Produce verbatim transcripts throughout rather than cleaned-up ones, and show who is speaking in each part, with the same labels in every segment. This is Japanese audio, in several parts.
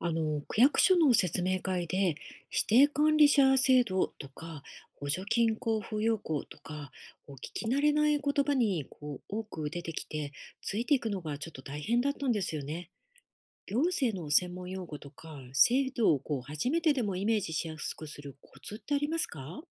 Speaker 1: あの、区役所の説明会で、指定管理者制度とか、補助金交付要項とか、こう聞き慣れない言葉にこう多く出てきて、ついていくのがちょっと大変だったんですよね。行政の専門用語とか、制度をこう初めてでもイメージしやすくするコツってありますか？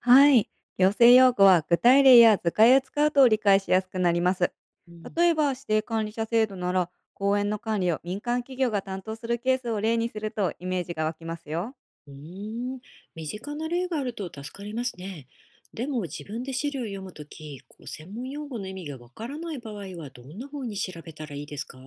Speaker 2: はい。行政用語は具体例や図解を使うと理解しやすくなります。
Speaker 1: うん。
Speaker 2: 例えば指定管理者制度なら、公園の管理を民間企業が担当するケースを例にするとイメージが湧きますよ。
Speaker 1: うーん、身近な例があると助かりますね。でも自分で資料を読むとき、こう専門用語の意味がわからない場合はどんな風に調べたらいいですか？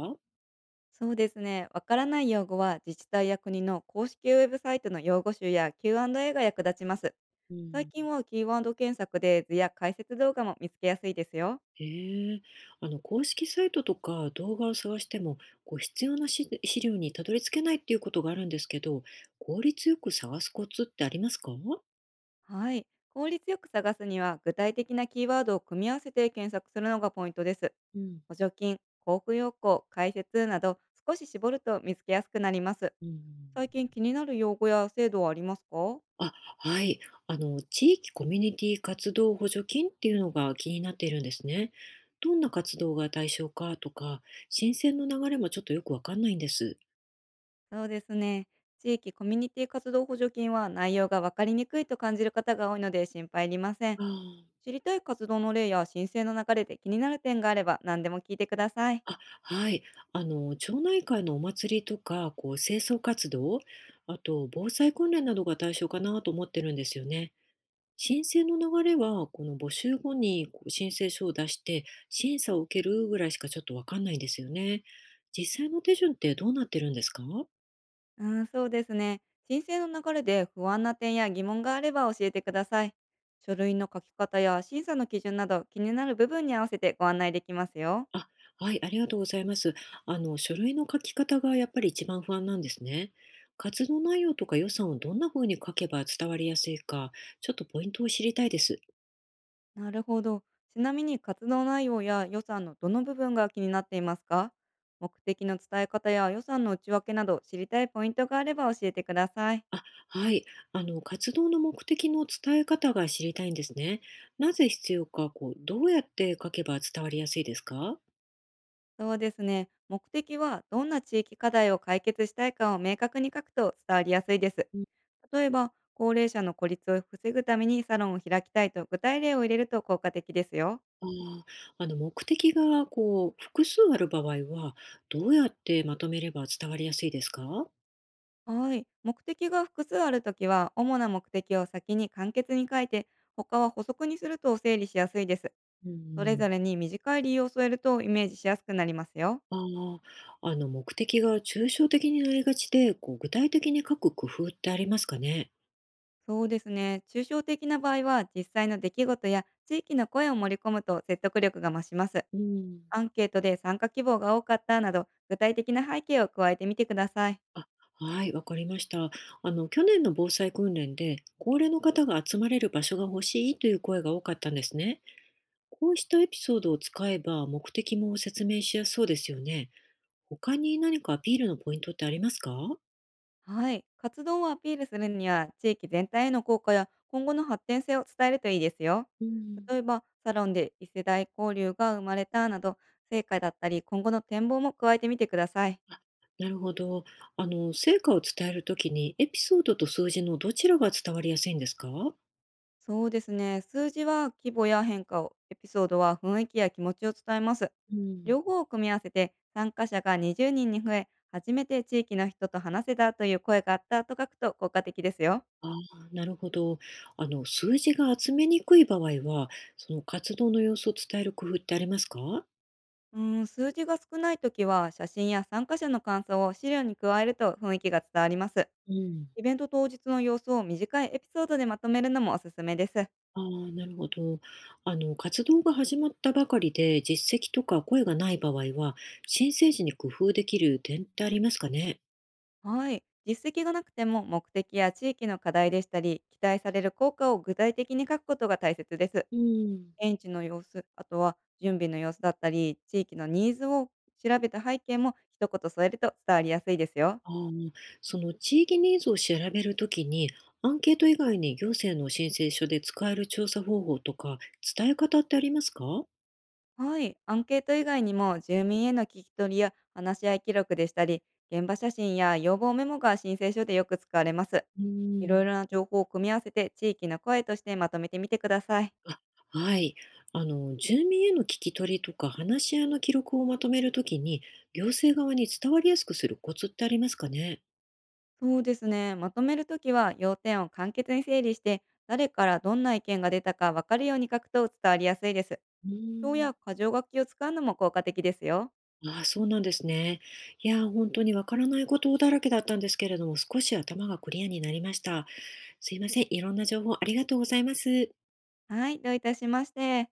Speaker 2: そうですね。わからない用語は自治体や国の公式ウェブサイトの用語集や キューアンドエー が役立ちます。
Speaker 1: う
Speaker 2: 最
Speaker 1: ん、
Speaker 2: 近はキーワード検索で図や解説動画も見つけやすいですよ。
Speaker 1: へえ、あの公式サイトとか動画を探してもこう必要な資資料にたどり着けないっていうことがあるんですけど、効率よく探すコツってありますか？
Speaker 2: はい。効率よく探すには、具体的なキーワードを組み合わせて検索するのがポイントです。
Speaker 1: うん、
Speaker 2: 補助金、交付要項、解説など少し絞ると見つけやすくなります。
Speaker 1: うん。
Speaker 2: 最近気になる用語や制度はありますか？
Speaker 1: あ、はい。あの、地域コミュニティ活動補助金っていうのが気になっているんですね。どんな活動が対象かとか、申請の流れもちょっとよくわかんないんです。
Speaker 2: そうですね。地域コミュニティ活動補助金は内容が分かりにくいと感じる方が多いので、心配いりません。
Speaker 1: あ
Speaker 2: 知りたい活動の例や申請の流れで気になる点があれば、何でも聞いてください。
Speaker 1: あ、あ、はい。あの、町内会のお祭りとか、こう、清掃活動、あと、防災訓練などが対象かなと思ってるんですよね。申請の流れは、この募集後にこう申請書を出して、審査を受けるぐらいしかちょっとわかんないんですよね。実際の手順ってどうなってるんですか？
Speaker 2: うーん、そうですね。申請の流れで不安な点や疑問があれば教えてください。書類の書き方や審査の基準など、気になる部分に合わせてご案内できますよ。
Speaker 1: あ、はい、ありがとうございます。あの、書類の書き方がやっぱり一番不安なんですね。活動内容とか予算をどんな風に書けば伝わりやすいか、ちょっとポイントを知りたいです。
Speaker 2: なるほど。ちなみに、活動内容や予算のどの部分が気になっていますか？目的の伝え方や予算の内訳など、知りたいポイントがあれば教えてください。
Speaker 1: あ、はい。あの、活動の目的の伝え方が知りたいんですね。なぜ必要か、こう、どうやって書けば伝わりやすいですか？
Speaker 2: そうですね。目的は、どんな地域課題を解決したいかを明確に書くと伝わりやすいです。
Speaker 1: うん。
Speaker 2: 例えば、高齢者の孤立を防ぐためにサロンを開きたいと具体例を入れると効果的ですよ。
Speaker 1: あー。あの、目的が、こう、複数ある場合は、どうやってまとめれば伝わりやすいですか？
Speaker 2: はい。目的が複数あるときは、主な目的を先に簡潔に書いて、他は補足にすると整理しやすいです。
Speaker 1: う
Speaker 2: それぞ
Speaker 1: ん。
Speaker 2: れに短い理由を添えるとイメージしやすくなりますよ。
Speaker 1: ああ、あの目的が抽象的になりがちで、こう具体的に書く工夫ってありますかね？
Speaker 2: そうですね。抽象的な場合は、実際の出来事や地域の声を盛り込むと説得力が増します。
Speaker 1: うん。
Speaker 2: アンケートで参加希望が多かったなど、具体的な背景を加えてみてください。
Speaker 1: あ、はい、わかりました。あの去年の防災訓練で、高齢の方が集まれる場所が欲しいという声が多かったんですね。こうしたエピソードを使えば、目的も説明しやすそうですよね。他に何かアピールのポイントってありますか？
Speaker 2: はい。活動をアピールするには、地域全体への効果や今後の発展性を伝えるといいですよ。
Speaker 1: うん。
Speaker 2: 例えば、サロンで異世代交流が生まれたなど、成果だったり今後の展望も加えてみてください。
Speaker 1: なるほど。あの成果を伝えるときに、エピソードと数字のどちらが伝わりやすいんですか？
Speaker 2: そうですね。数字は規模や変化を、エピソードは雰囲気や気持ちを伝えます。
Speaker 1: うん。
Speaker 2: 両方を組み合わせて、参加者がにじゅうにんにんに増え、初めて地域の人と話せたという声があったと書くと効果的ですよ。
Speaker 1: ああ、なるほど。あの、数字が集めにくい場合は、その活動の様子を伝える工夫ってありますか？
Speaker 2: うーん、数字が少ないときは、写真や参加者の感想を資料に加えると雰囲気が伝わります。
Speaker 1: うん。
Speaker 2: イベント当日の様子を短いエピソードでまとめるのもおすすめです。
Speaker 1: ああ、なるほど。あの、活動が始まったばかりで、実績とか声がない場合は、申請時に工夫できる点ってありますかね？
Speaker 2: はい。実績がなくても、目的や地域の課題でしたり、期待される効果を具体的に書くことが大切です。
Speaker 1: うん。
Speaker 2: 現地の様子、あとは準備の様子だったり、地域のニーズを調べた背景も一言添えると伝わりやすいですよ。
Speaker 1: ああ、その地域ニーズを調べるときに、アンケート以外に行政の申請書で使える調査方法とか、伝え方ってありますか？
Speaker 2: はい、アンケート以外にも、住民への聞き取りや話し合い記録でしたり、現場写真や要望メモが申請書でよく使われます。
Speaker 1: う
Speaker 2: いろい
Speaker 1: ん。
Speaker 2: ろな情報を組み合わせて、地域の声としてまとめてみてください。
Speaker 1: あ、はい。あの、住民への聞き取りとか話し合いの記録をまとめるときに、行政側に伝わりやすくするコツってありますかね？
Speaker 2: そうですね。まとめるときは要点を簡潔に整理して、誰からどんな意見が出たか分かるように書くと伝わりやすいです。
Speaker 1: う
Speaker 2: 表
Speaker 1: ーん。
Speaker 2: や箇条書きを使うのも効果的ですよ。
Speaker 1: ああ、そうなんですね。いやー、本当にわからないことだらけだったんですけれども、少し頭がクリアになりました。すいません。いろんな情報ありがとうございます。
Speaker 2: はい、どういたしまして。